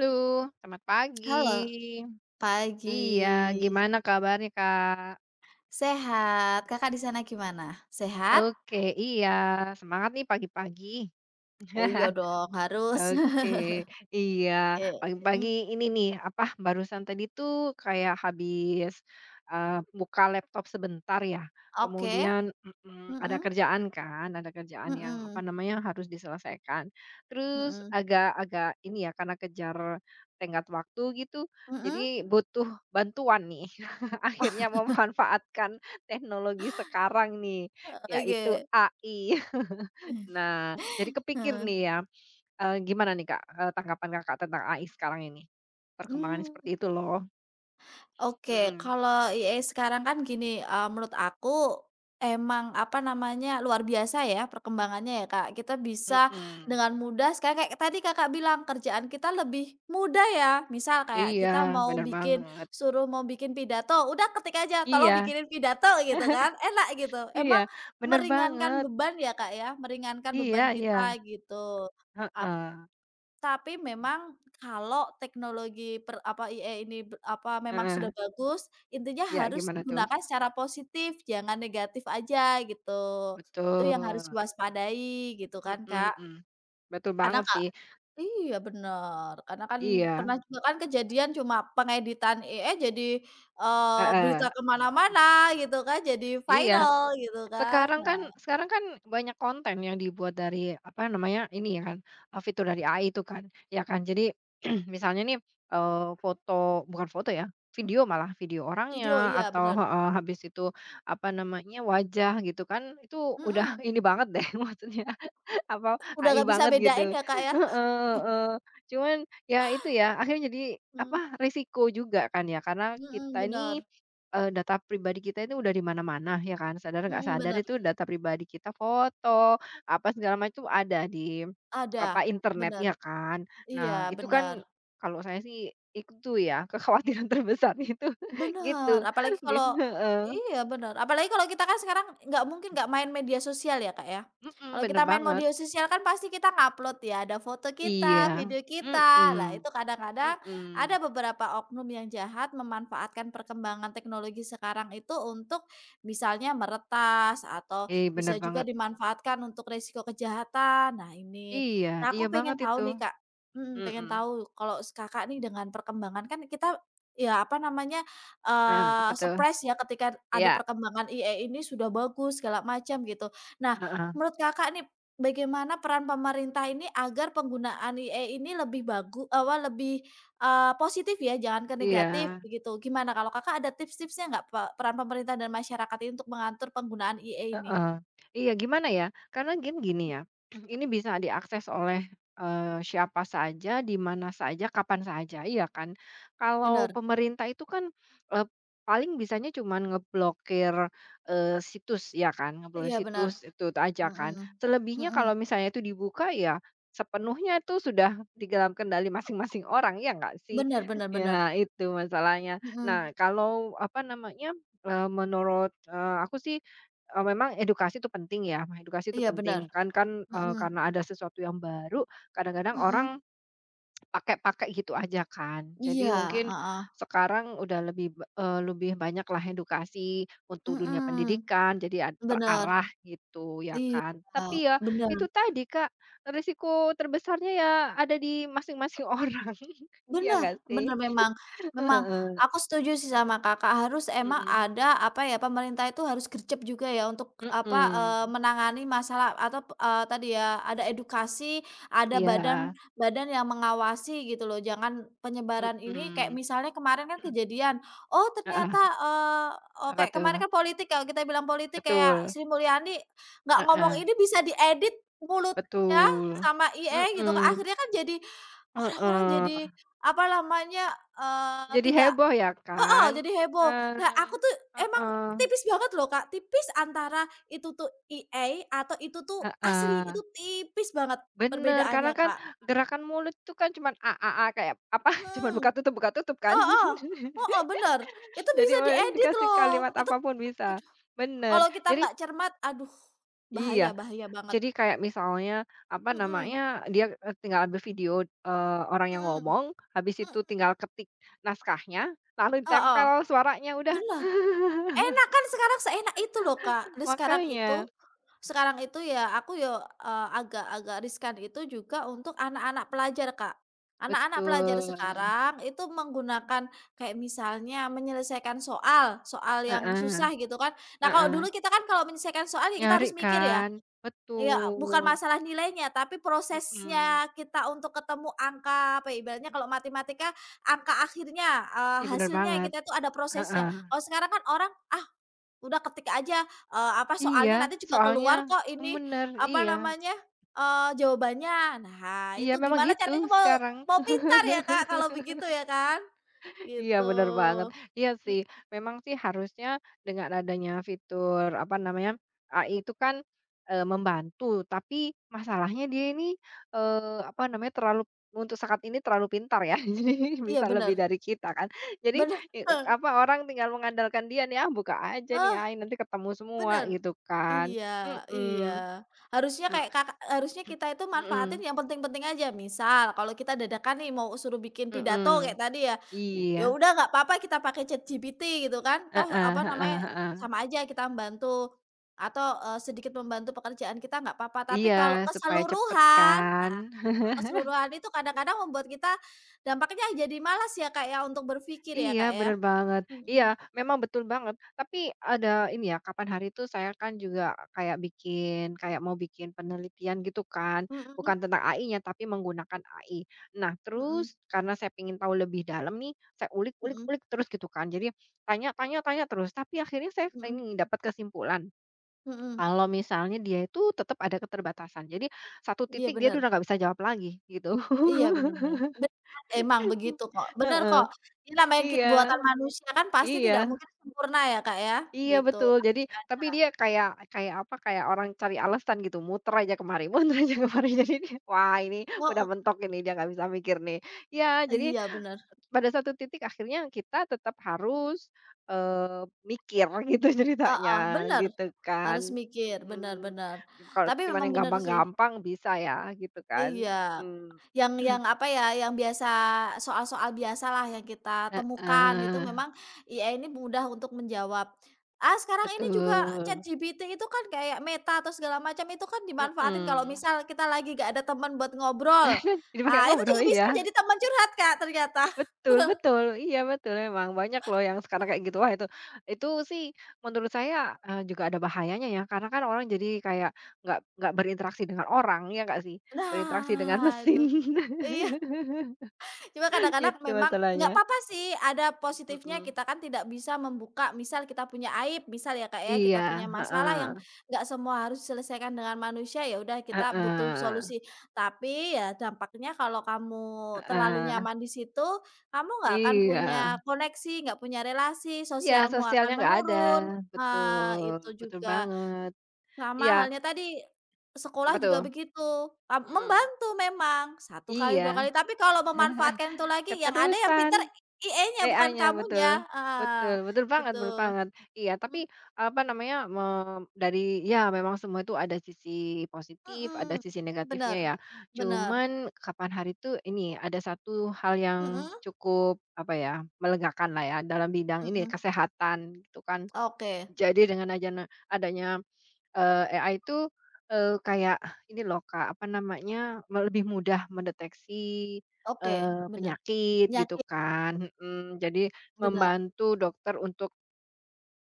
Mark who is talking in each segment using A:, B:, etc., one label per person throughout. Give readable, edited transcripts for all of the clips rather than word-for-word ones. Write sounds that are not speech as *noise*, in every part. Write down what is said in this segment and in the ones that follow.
A: Halo, selamat
B: Halo,
A: pagi. Iya,
B: pagi.
A: gimana kabarnya, Kak?
B: Sehat, Kakak di sana gimana? Sehat?
A: Oke, iya, semangat nih pagi-pagi.
B: Oh iya
A: *laughs*
B: dong, harus.
A: Oke,
B: *laughs*
A: iya,
B: Oke, mmm,
A: pagi-pagi ini nih, apa, barusan tadi tuh kayak habis, buka laptop sebentar ya,
B: oke,
A: kemudian ada
B: mhm,
A: kerjaan kan, ada kerjaan yang, apa
B: mhm,
A: namanya, harus diselesaikan. Terus
B: mhm,
A: agak-agak ini ya, karena kejar tenggat waktu gitu,
B: mhm,
A: jadi butuh bantuan nih. *laughs* Akhirnya memanfaatkan teknologi sekarang nih,
B: oke.
A: yaitu AI. *laughs*
B: *laughs*
A: Nah, jadi kepikir
B: Heeh,
A: nih ya. Gimana nih Kak, tanggapan Kakak tentang AI sekarang ini? Perkembangannya
B: mmm.
A: seperti itu loh.
B: Oke,
A: Mhm,
B: kalau EA sekarang kan gini, menurut aku emang, apa namanya, luar biasa ya perkembangannya ya, Kak. Kita bisa
A: mhm.
B: dengan mudah sekarang kayak tadi Kakak bilang kerjaan kita lebih mudah ya. Misal kayak
A: Iya,
B: kita mau
A: bener
B: bikin
A: banget.
B: suruh mau bikin pidato, udah ketik aja, "Tolong
A: Iya
B: bikinin pidato," gitu kan, enak gitu.
A: iya,
B: Emang
A: bener
B: meringankan
A: banget.
B: beban ya, Kak, ya, meringankan
A: Iya
B: beban
A: iya.
B: kita gitu.
A: Heeh
B: Tapi memang kalau teknologi per apa, AI ini be apa, memang
A: heeh.
B: sudah bagus, intinya
A: Iya,
B: harus
A: gimana tuh?
B: digunakan secara positif, jangan negatif aja gitu. Itu yang harus
A: Betul.
B: diwaspadai gitu kan, Kak.
A: Mhm mhm. Betul
B: Karena
A: banget
B: ka
A: sih.
B: Iya bener, karena kan
A: Iya.
B: pernah juga kan kejadian cuma pengeditan AI jadi, berita
A: Heeh.
B: ke mana-mana gitu kan, jadi
A: Iya.
B: viral gitu kan. Nah,
A: Sekarang kan banyak konten yang dibuat dari, apa namanya, ini ya kan, fitur dari AI itu kan, ya kan. Jadi *clears throat* misalnya nih, foto bukan foto ya, video malah, video orangnya
B: video iya
A: atau
B: bener,
A: heeh, habis itu, apa namanya, wajah gitu kan, itu udah *laughs*
B: mhm.
A: ini banget deh *laughs* maksudnya. Apa,
B: Udah
A: AI
B: nggak bisa
A: banget
B: bedain
A: gitu.
B: ya, Kak, ya.
A: Heeh heeh. Cuman ya itu ya, akhirnya jadi
B: Mmm,
A: apa, risiko juga kan ya, karena
B: mhm,
A: kita ini,
B: bener,
A: data pribadi kita itu udah di mana-mana ya kan, sadar nggak
B: mhm,
A: sadar
B: bener.
A: itu data pribadi kita, foto, apa segala macam itu ada di
B: Ada,
A: apa, internet
B: bener.
A: ya kan. Nah
B: Iya,
A: itu kan
B: bener.
A: kalau saya sih itu ya, kekhawatiran *laughs* terbesar itu gitu.
B: Bener, apalagi
A: Di
B: kalau
A: heeh.
B: iya bener, apalagi kalau kita kan sekarang nggak mungkin nggak main media sosial ya, Kak, ya.
A: Mhm,
B: Kalau kita
A: bener
B: main
A: banget.
B: media sosial kan pasti kita ngupload ya, ada foto kita,
A: Iya.
B: video kita. Lah itu
A: Mhm.
B: kadang-kadang ada
A: Mhm.
B: beberapa oknum yang jahat memanfaatkan perkembangan teknologi sekarang itu untuk misalnya meretas atau
A: Ih, bener
B: bisa juga
A: banget.
B: dimanfaatkan untuk resiko kejahatan. Nah ini,
A: Iya
B: nah
A: iya
B: aku pengen
A: banget
B: tahu
A: itu.
B: nih, Kak, mhm, pengen
A: Mhm.
B: tahu kalau Kakak nih dengan perkembangan kan kita ya apa namanya.
A: Heeh, apa tuh?
B: Surprise ya ketika ada
A: Iya.
B: perkembangan AI ini sudah bagus segala macam gitu. Nah,
A: Heeh.
B: menurut Kakak nih bagaimana peran pemerintah ini agar penggunaan AI ini lebih bagu apa lebih, positif ya jangan ke negatif
A: Iya.
B: begitu. Gimana kalau Kakak ada tips-tipsnya nggak peran pemerintah dan masyarakat ini untuk mengatur penggunaan AI ini?
A: Heeh. Iya gimana ya, karena game gini ya, *clears throat* ini bisa diakses oleh, siapa saja, di mana saja, kapan saja, iya kan? Kalau
B: Bener,
A: pemerintah itu kan, eee, paling bisanya cuman ngeblokir, situs ya kan, ngeblokir
B: iya bener,
A: situs, itu aja kan.
B: mhm,
A: Selebihnya
B: mhm,
A: kalau misalnya itu dibuka ya sepenuhnya itu sudah di dalam kendali masing-masing orang, ya nggak sih?
B: bener
A: *laughs*
B: bener bener,
A: Ya itu masalahnya.
B: mhm,
A: Nah kalau apa namanya, menurut, aku sih. Memang edukasi itu penting ya, edukasi itu
B: iya bener,
A: penting kan kan,
B: mhm,
A: karena ada sesuatu yang baru kadang-kadang orang
B: mhm,
A: pakai-pakai gitu aja kan. Jadi
B: iya,
A: mungkin
B: heeh,
A: sekarang udah lebih, lebih banyak lah edukasi untuk dunia
B: mhm,
A: pendidikan jadi ad
B: bener.
A: terarah gitu ya
B: Iya,
A: kan. Tapi ya
B: bener
A: itu tadi Kak, risiko terbesarnya ya ada di masing-masing *laughs* orang, iya
B: bener
A: nggak sih?
B: bener memang memang
A: Heeh,
B: aku setuju sih sama Kakak, harus emang
A: mhm,
B: ada, apa ya, pemerintah itu harus gercep juga ya untuk, apa,
A: mhm,
B: menangani masalah atau, tadi ya, ada edukasi, ada
A: iya,
B: badan badan yang mengawasi gitu loh, jangan penyebaran ini kayak
A: mhm,
B: misalnya kemarin kan kejadian, oh ternyata,
A: heeh,
B: oh
A: apa
B: kayak
A: tuh?
B: kemarin kan politik, kalau kita bilang politik kayak
A: Betul,
B: Sri Mulyani nggak ngomong
A: heeh,
B: ini bisa diedit mulutnya
A: betul,
B: sama IE gitu,
A: mhm,
B: akhirnya kan jadi orang-orang jadi,
A: heeh,
B: apa namanya,
A: jadi
B: tidak
A: heboh ya
B: oh
A: kan?
B: jadi heboh. Nah,
A: Eee,
B: aku tuh emang
A: heeh,
B: tipis banget loh, Kak, tipis antara itu tuh E a atau itu tuh asli,
A: heeh,
B: itu tipis banget
A: bener
B: perbedaannya,
A: karena kan
B: Kak.
A: gerakan mulut tuh kan cuman "a a a" kayak apa, *laughs* cuman
B: Hmm,
A: buka tutup kan.
B: Oh oh oh oh
A: *laughs*
B: bener, itu
A: Jadi
B: bisa
A: mau
B: diedit
A: dikasih
B: loh,
A: kalimat
B: itu
A: apa pun bisa,
B: aduh,
A: bener.
B: kalau kita
A: Jadi
B: nggak cermat, aduh,
A: iya.
B: bahaya bahaya banget.
A: Jadi kayak misalnya, apa
B: Mhm,
A: namanya, dia, tinggal ambil video, eee, orang yang
B: mhm,
A: ngomong, habis itu
B: mhm,
A: tinggal ketik naskahnya, lalu
B: heeh,
A: ditempel suaranya udah.
B: bener.
A: *laughs*
B: Enak kan sekarang seenak itu loh, Kak. Dan
A: Makanya,
B: sekarang itu ya aku ya, agak-agak riskan itu juga untuk anak-anak pelajar, Kak. Anak-anak pelajar
A: betul,
B: sekarang itu menggunakan kayak misalnya menyelesaikan soal, soal yang
A: heeh
B: susah gitu kan. Nah, kalau
A: heeh,
B: dulu kita kan kalau menyelesaikan soal ya kita
A: nyari
B: harus mikir ya,
A: kan,
B: ya bukan
A: betul,
B: masalah nilainya, tapi
A: mhm,
B: prosesnya kita untuk ketemu angka, apa ya, ibaratnya kalau matematika angka akhirnya,
A: ih, bener
B: hasilnya
A: banget,
B: kita itu ada prosesnya.
A: heeh,
B: Kalau sekarang kan orang, "Ah, udah ketik aja, apa
A: iya,
B: soalnya nanti juga
A: soalnya
B: keluar kok ini,
A: bener,
B: apa
A: iya,
B: namanya, jawabannya." Nah,
A: iya
B: itu
A: memang
B: gimana
A: gitu
B: caranya mau
A: sekarang.
B: mau pintar ya, Kak, kalau begitu ya kan?
A: Iya
B: Gitu.
A: bener banget. Iya
B: Mmm,
A: sih, memang sih harusnya dengan adanya fitur, apa namanya, AI itu kan, membantu, tapi masalahnya dia ini, eee, apa namanya, terlalu untuk saat ini terlalu pintar ya, *laughs* jadi
B: iya
A: bisa
B: bener
A: lebih dari kita kan. Jadi,
B: bener,
A: eee, apa, orang tinggal mengandalkan dia nih, "Ah, buka aja nih
B: heeh,
A: AI, nanti ketemu semua,"
B: bener. *laughs*
A: gitu kan.
B: Iya
A: Mhm,
B: iya. Harusnya
A: he
B: kayak Kakak harusnya kita itu manfaatin
A: mhm,
B: yang penting-penting aja. Misal kalau kita dadakan nih mau suruh bikin pidato
A: mhm.
B: kayak tadi ya,
A: Iya,
B: ya udah nggak apa-apa kita pakai ChatGPT gitu kan, toh
A: heeh
B: apa
A: heeh
B: namanya,
A: heeh.
B: sama aja kita membantu atau, sedikit membantu pekerjaan kita nggak apa-apa. Tapi
A: Iya,
B: kalau
A: supaya cepet
B: keseluruhan,
A: kan.
B: nah kalau keseluruhan itu kadang-kadang membuat kita dampaknya jadi malas ya, Kak, ya untuk berpikir ya,
A: Iya,
B: Kak,
A: bener
B: ya?
A: banget. Iya,
B: Mhm,
A: memang betul banget. Tapi ada ini ya, kapan hari itu saya kan juga kayak bikin kayak mau bikin penelitian gitu kan,
B: mhm,
A: bukan tentang AI-nya tapi menggunakan AI. Nah,
B: mhm,
A: terus karena saya ingin tahu lebih dalam nih, saya
B: mhm,
A: ulik-ulik-ulik terus gitu kan. Jadi tanya-tanya-tanya terus, tapi akhirnya saya
B: mhm,
A: ini dapat kesimpulan
B: mhm.
A: kalau misalnya dia itu tetap ada keterbatasan. Jadi satu
B: Iya
A: titik dia
B: benar.
A: udah nggak bisa jawab lagi gitu.
B: Iya, bener bener. Bener, kan? Emang
A: *laughs*
B: begitu kok, bener
A: Heeh.
B: kok. Ini namanya
A: Iya,
B: buatan manusia kan pasti
A: iya.
B: tidak mungkin sempurna ya, Kak, ya,
A: Iya
B: gitu.
A: betul,
B: Pasti
A: jadi tapi dia kayak kayak apa, kayak orang cari alasan gitu, muter aja ke mari *laughs* muter aja ke mari, *laughs* jadi dia, wah ini udah
B: heeh,
A: mentok ini, dia nggak bisa mikir nih. Ya jadi
B: iya bener,
A: pada satu titik akhirnya kita tetap harus, eee, mikir gitu *laughs*
B: heeh,
A: ceritanya,
B: bener,
A: gitu kan.
B: harus mikir, bener
A: Mhm.
B: bener.
A: Kalau
B: Tapi
A: cuman
B: memang
A: yang
B: bener sih,
A: gampang-gampang bisa ya, gitu kan.
B: iya.
A: Mhm.
B: Yang
A: *clears throat*
B: apa ya, yang biasa soal-soal biasalah yang kita temukan itu
A: Heeh,
B: memang IA ini mudah untuk menjawab. Ah, sekarang ini juga
A: betul.
B: ChatGPT itu kan kayak Meta atau segala macam itu kan dimanfaatin kalau
A: Mhm.
B: misal kita lagi gak ada teman buat ngobrol.
A: *laughs* Jadi pakai
B: Ah, itu
A: ngobrol,
B: juga bisa
A: ya.
B: jadi teman curhat, Kak, ternyata. *laughs*
A: Betul betul, iya betul emang, banyak loh yang sekarang kayak gitu. Wah itu sih menurut saya, juga ada bahayanya ya, karena kan orang jadi kayak nggak berinteraksi dengan orang, ya nggak sih? Berinteraksi dengan
B: Nah, itu.
A: mesin,
B: Iya. Cuma
A: *laughs*
B: kadang-kadang
A: itu
B: memang nggak
A: masalahnya.
B: apa-apa sih, ada positifnya
A: Mhm,
B: kita kan tidak bisa membuka misal kita punya aib, misal ya, Kak, ya, kita
A: iya,
B: punya masalah
A: heeh,
B: yang nggak semua harus diselesaikan dengan manusia, ya udah kita butuh
A: heeh,
B: solusi. Tapi ya dampaknya kalau kamu terlalu
A: heeh,
B: nyaman di situ, kamu nggak akan
A: iya,
B: punya koneksi, nggak punya relasi,
A: iya
B: sosialmu akan
A: sosialnya nggak ada,
B: menurun,
A: betul,
B: itu
A: betul
B: juga.
A: banget.
B: Sama
A: Iya,
B: halnya tadi,
A: apa
B: sekolah juga
A: tuh?
B: begitu,
A: Mhm,
B: membantu memang, satu kali, 2
A: iya,
B: kali, tapi kalau memanfaatkan itu lagi yang ada yang pinter
A: keterusan.
B: IE-nya bukan
A: AI-nya
B: kamunya,
A: betul,
B: heeh,
A: betul betul banget betul
B: gitu.
A: banget. Iya,
B: Mmm,
A: tapi apa namanya, me dari ya memang semua itu ada sisi positif, ada
B: mhm,
A: sisi negatifnya
B: bener
A: ya.
B: bener,
A: Cuman kapan hari itu ini ada satu hal yang
B: mhm
A: cukup apa ya, melegakan lah ya dalam bidang ini
B: mhm,
A: kesehatan gitu kan.
B: oke
A: Jadi dengan adanya adanya AI itu, kayak ini loh Kak, apa namanya, me lebih mudah mendeteksi,
B: oke, bener,
A: penyakit gitu
B: penyakit,
A: kan, mhm, jadi
B: bener,
A: membantu dokter untuk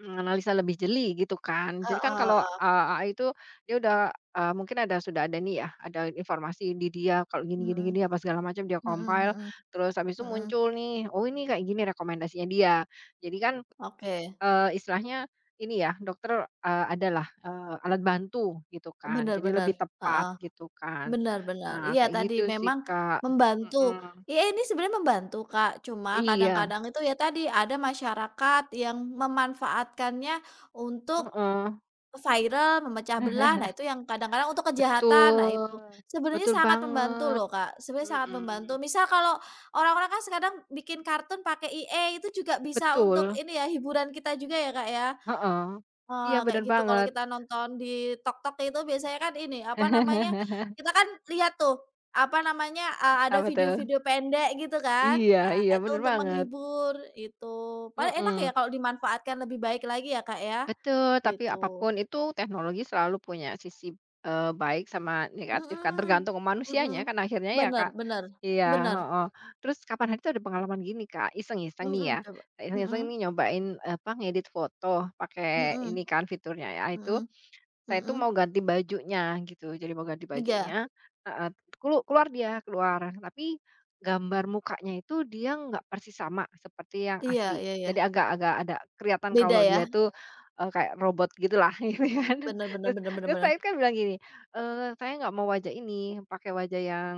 A: menganalisa lebih jeli gitu kan.
B: heeh
A: Jadi kan kalau,
B: heeh,
A: AI itu dia udah, mungkin ada sudah ada nih ya, ada informasi di dia kalau gini gini
B: mhm
A: gini apa segala macam dia
B: mhm
A: compile,
B: mhm
A: terus habis itu
B: mhm,
A: muncul nih, oh ini kayak gini rekomendasinya dia. Jadi kan
B: oke,
A: Istilahnya ini ya, dokter, adalah, alat bantu gitu kan,
B: bener
A: jadi
B: bener,
A: lebih tepat
B: heeh.
A: gitu kan.
B: Benar benar.
A: Nah,
B: Iya
A: kayak
B: tadi
A: gitu sih,
B: memang
A: Kak.
B: membantu.
A: Mhm,
B: Iya ini sebenarnya membantu, Kak, cuma
A: iya,
B: kadang-kadang itu ya tadi ada masyarakat yang memanfaatkannya untuk
A: heeh,
B: viral, memecah belah,
A: *laughs*
B: nah itu yang kadang-kadang untuk kejahatan, nah itu.
A: betul,
B: Sebenarnya
A: betul
B: sangat membantu
A: banget,
B: loh, Kak, sebenarnya sangat membantu.
A: mhm,
B: Misal kalau orang-orang kan sekarang bikin kartun pakai i a itu juga bisa untuk
A: betul,
B: ini ya, hiburan kita juga ya, Kak, ya?
A: heeh,
B: Wah,
A: iya
B: kayak
A: bener
B: gitu kalau
A: banget.
B: kita nonton di TikTok itu biasanya kan ini, apa namanya,
A: *laughs*
B: kita kan lihat tuh, apa namanya, ada
A: Apa tuh?
B: video-video pendek gitu kan.
A: Iya
B: Nah,
A: iya,
B: itu
A: bener
B: untuk
A: banget,
B: menghibur, itu. Paling enak ya
A: mhm.
B: kalau dimanfaatkan lebih baik lagi ya, Kak, ya,
A: Betul, tapi
B: gitu.
A: apapun itu teknologi selalu punya sisi, baik sama negatif kan,
B: Mhm,
A: tergantung
B: mhm.
A: manusianya kan akhirnya ya,
B: Bener
A: Kak.
B: bener
A: Iya,
B: bener.
A: heeh. Terus kapan hari itu ada pengalaman gini, Kak, iseng-iseng nih
B: Mhm,
A: ya,
B: coba.
A: iseng-iseng nih
B: Mhm
A: nyobain, apa, ngedit foto pakai
B: mhm
A: ini kan fiturnya ya itu,
B: mhm
A: saya itu
B: mhm.
A: mau ganti bajunya gitu, jadi mau ganti bajunya
B: Iya
A: heeh, kelu keluar dia, keluar. Tapi gambar mukanya itu dia nggak persis sama seperti yang
B: iya
A: asli.
B: iya iya.
A: Jadi agak-agak ada kelihatan
B: Beda
A: kalau dia
B: ya?
A: itu, kayak robot gitulah *laughs* gitu kan.
B: Bener bener
A: Terus
B: bener bener
A: terus
B: bener.
A: saya kan bilang gini, "Saya nggak mau wajah ini, pakai wajah yang,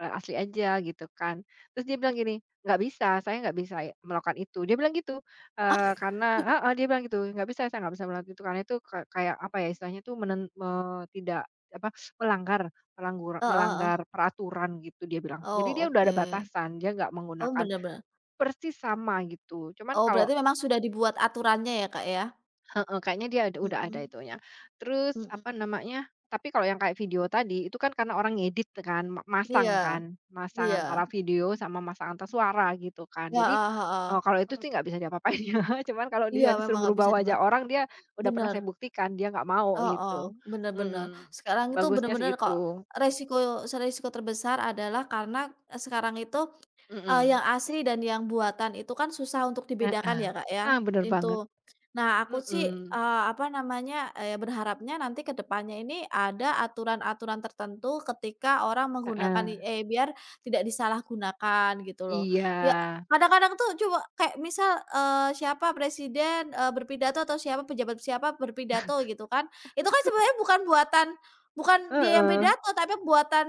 A: asli aja," gitu kan. Terus dia bilang gini, "Nggak bisa, saya nggak bisa melakukan itu." Dia bilang gitu.
B: *laughs*
A: Karena heeh, dia bilang gitu, "Nggak bisa, saya nggak bisa melakukan itu, karena itu ka kayak apa ya, istilahnya itu menen me tidak apa, melanggar melanggur
B: Heeh heeh.
A: melanggar peraturan," gitu dia bilang. Jadi
B: Oh,
A: dia udah ada
B: oke.
A: batasan, dia nggak
B: Oh,
A: menggunakan
B: bener bener.
A: persis sama gitu. Cuman
B: Oh,
A: kalau
B: berarti memang sudah dibuat aturannya ya, Kak, ya?
A: heeh, kayaknya dia ada udah ada
B: Mhm,
A: itunya. Terus apa
B: mhm.
A: namanya, tapi kalau yang kayak video tadi, itu kan karena orang ngedit kan, ma masang
B: Iya
A: kan, masang antara
B: iya.
A: video sama masang antara suara gitu kan. Jadi,
B: Heeh heeh.
A: kalau itu mhm sih nggak bisa diapa-apain ya, *laughs* cuman kalau
B: Iya,
A: dia
B: memang
A: disuruh
B: nggak
A: merubah
B: bisa
A: wajah orang, dia udah pernah
B: bener,
A: saya buktikan, dia nggak mau
B: heeh,
A: gitu.
B: bener bener.
A: Mhm,
B: Sekarang itu
A: bagusnya
B: bener-bener
A: sih
B: kok
A: itu.
B: resiko terbesar adalah karena, sekarang itu yang
A: Mhm,
B: asli dan yang buatan itu kan susah untuk dibedakan
A: heeh.
B: ya, Kak, ya,
A: Ah, bener banget.
B: itu. Nah, aku sih,
A: Mhm,
B: apa namanya, berharapnya nanti ke depannya ini ada aturan-aturan tertentu ketika orang menggunakan
A: heeh.
B: AI biar tidak disalahgunakan gitu loh.
A: Iya,
B: Ya, kadang-kadang tuh coba kayak misal, siapa presiden, berpidato atau siapa pejabat siapa berpidato gitu kan, itu kan sebenarnya bukan dia yang
A: heeh,
B: pidato tapi buatan,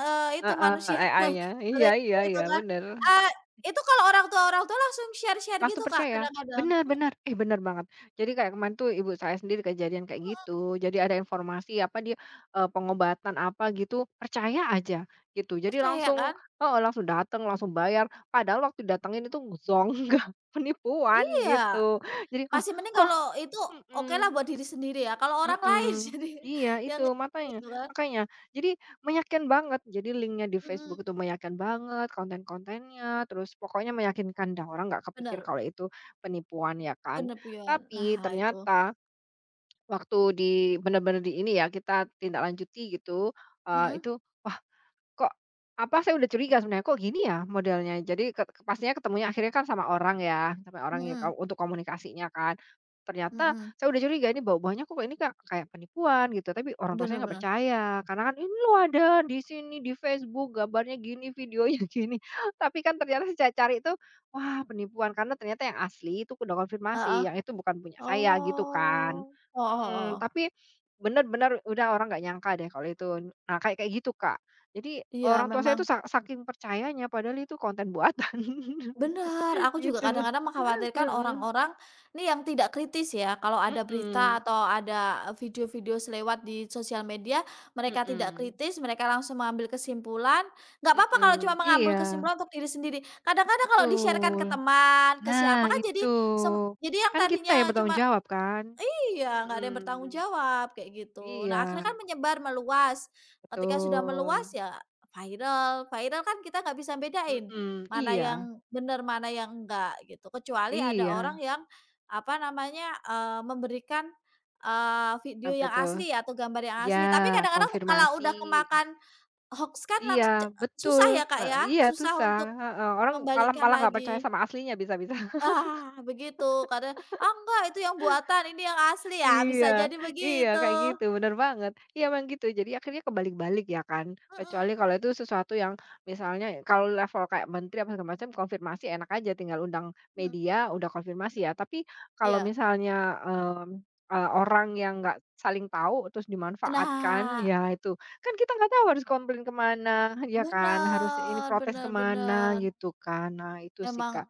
B: itu
A: heeh,
B: manusia, *laughs*
A: AI-nya. Iya
B: Katanya
A: iya
B: gitu
A: iya,
B: kan.
A: bener.
B: Eee, itu kalau orang tua langsung share-share gitu,
A: Langsung
B: Kak,
A: percaya?
B: kadang-kadang. Mhm,
A: Benar-benar, eh, benar banget. Jadi kayak kemarin tuh ibu saya sendiri kejadian kayak gitu. Jadi ada informasi apa dia, pengobatan apa gitu, percaya aja gitu. Jadi
B: percaya
A: langsung
B: kan?
A: oh langsung datang, langsung bayar. Padahal waktu datangin itu zonk, *laughs* penipuan
B: Iya,
A: gitu. Jadi, wah
B: masih mending
A: kok
B: kalau itu okelah
A: mhm.
B: buat diri sendiri ya, kalau orang lain *laughs*
A: Mhm,
B: jadi
A: iya
B: yang
A: itu matanya
B: gitu kan.
A: makanya jadi meyakinkan banget jadi linknya di
B: Mhm,
A: Facebook itu meyakinkan banget konten-kontennya terus pokoknya meyakinkan dah orang nggak kepikir
B: bener,
A: kalau itu penipuan ya kan
B: penepian.
A: tapi
B: Nah itu.
A: ternyata waktu di benar-benar di ini ya kita tindak lanjuti gitu, itu
B: Mhm
A: wah. Kok apa, saya udah curiga sebenarnya, kok gini ya modelnya? Jadi ket pastinya ketemunya akhirnya kan sama orang ya
B: mhm
A: kau untuk komunikasinya kan. Ternyata
B: mhm,
A: saya udah curiga ini bau-baunya kok ini ka kayak penipuan gitu, tapi orang tua
B: bener
A: saya nggak
B: bener.
A: percaya, karena kan, "Ini loh ada di sini, di Facebook, gambarnya gini, videonya *laughs* gini." Tapi kan ternyata saya cari itu, wah penipuan, karena ternyata yang asli itu udah
B: Heeh.
A: konfirmasi, yang itu bukan punya saya gitu kan.
B: Oh. Heeh
A: Mhm,
B: heeh.
A: tapi benar-benar udah orang nggak nyangka deh kalau itu. Nah, kayak kayak gitu, Kak. Jadi
B: Iya
A: orang tua saya
B: memang
A: itu sa saking percayanya padahal itu konten buatan
B: benar
A: *laughs*
B: aku juga
A: gitu,
B: kadang-kadang mengkhawatirkan
A: heeh.
B: orang-orang nih yang tidak kritis ya, kalau ada berita
A: Mhm
B: atau ada video-video selewat di sosial media, mereka tidak
A: mhm
B: kritis, mereka langsung mengambil kesimpulan. Nggak apa-apa kalau cuma
A: mhm,
B: mengambil
A: iya
B: kesimpulan untuk diri sendiri. Kadang-kadang kalau di sharekan
A: betul.
B: ke teman, ke siapa
A: Nah
B: kan jadi
A: itu,
B: sem jadi yang
A: kan kita
B: tadinya
A: yang bertanggung
B: cuma
A: jawab kan?
B: iya, nggak ada yang bertanggung
A: Mhm,
B: jawab, kayak gitu.
A: iya
B: Nah, akhirnya kan menyebar, meluas. Ketika sudah meluas
A: betul,
B: ya viral. Viral kan kita nggak bisa bedain
A: mhm,
B: mana
A: iya
B: yang benar, mana yang enggak gitu. Kecuali ada
A: iya,
B: orang yang apa namanya, memberikan, video
A: apa
B: yang
A: tuh?
B: asli atau gambar yang
A: Iya
B: asli. Tapi kadang-kadang kalau
A: konfirmasi,
B: udah kemakan hoax kan
A: iya betul,
B: susah ya, Kak, ya,
A: iya
B: susah
A: susah,
B: untuk
A: heeh, orang malah
B: membalikkan
A: malah nggak percaya
B: lagi.
A: sama aslinya bisa-bisa.
B: Ah, begitu karena, "Ah, enggak itu yang buatan ini yang asli ya," bisa
A: Iya
B: jadi
A: iya,
B: begitu.
A: kayak gitu, bener banget. Iya memang gitu, jadi akhirnya kebalik-balik ya kan,
B: Mhm,
A: kecuali kalau itu sesuatu yang misalnya kalau level kayak menteri apa segala macam konfirmasi enak aja tinggal undang
B: mhm,
A: media, udah konfirmasi ya. Tapi kalau
B: iya.
A: misalnya, mmm, orang yang nggak saling tahu terus dimanfaatkan,
B: Nah,
A: ya itu, kan kita nggak tahu harus komplain kemana, ya kan, harus ini
B: bener
A: protes
B: bener
A: kemana
B: bener.
A: gitu kan. Nah itu sih
B: Emang
A: Kak.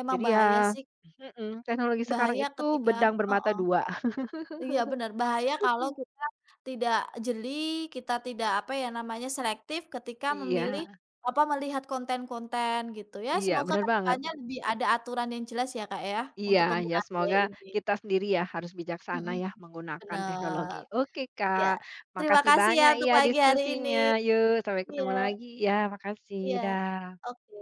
B: emang
A: Jadi
B: bahaya
A: ya
B: sih,
A: mhm, teknologi sekarang
B: bahaya
A: itu
B: ketika
A: bedang bermata
B: heeh,
A: dua. *laughs*
B: iya bener, bahaya kalau kita tidak jeli, kita tidak apa ya namanya, selektif ketika memilih.
A: Iya.
B: Mhm. Apa, melihat konten-konten gitu ya.
A: Iya,
B: Semoga
A: benar
B: ke
A: banget.
B: depannya lebih ada aturan yang jelas ya, Kak, ya,
A: Iya,
B: untuk
A: ya
B: penggunaan biaya
A: semoga
B: ini.
A: kita sendiri ya harus bijaksana
B: Mhm,
A: ya menggunakan teknologi.
B: bener.
A: Oke,
B: Iya,
A: Kak.
B: terima
A: Makasih
B: kasih ya
A: banyak
B: untuk
A: ya
B: pagi hari ini.
A: diskusinya. Yuk, sampai
B: Iya
A: ketemu lagi ya. Makasih.
B: iya,
A: Dah.
B: oke.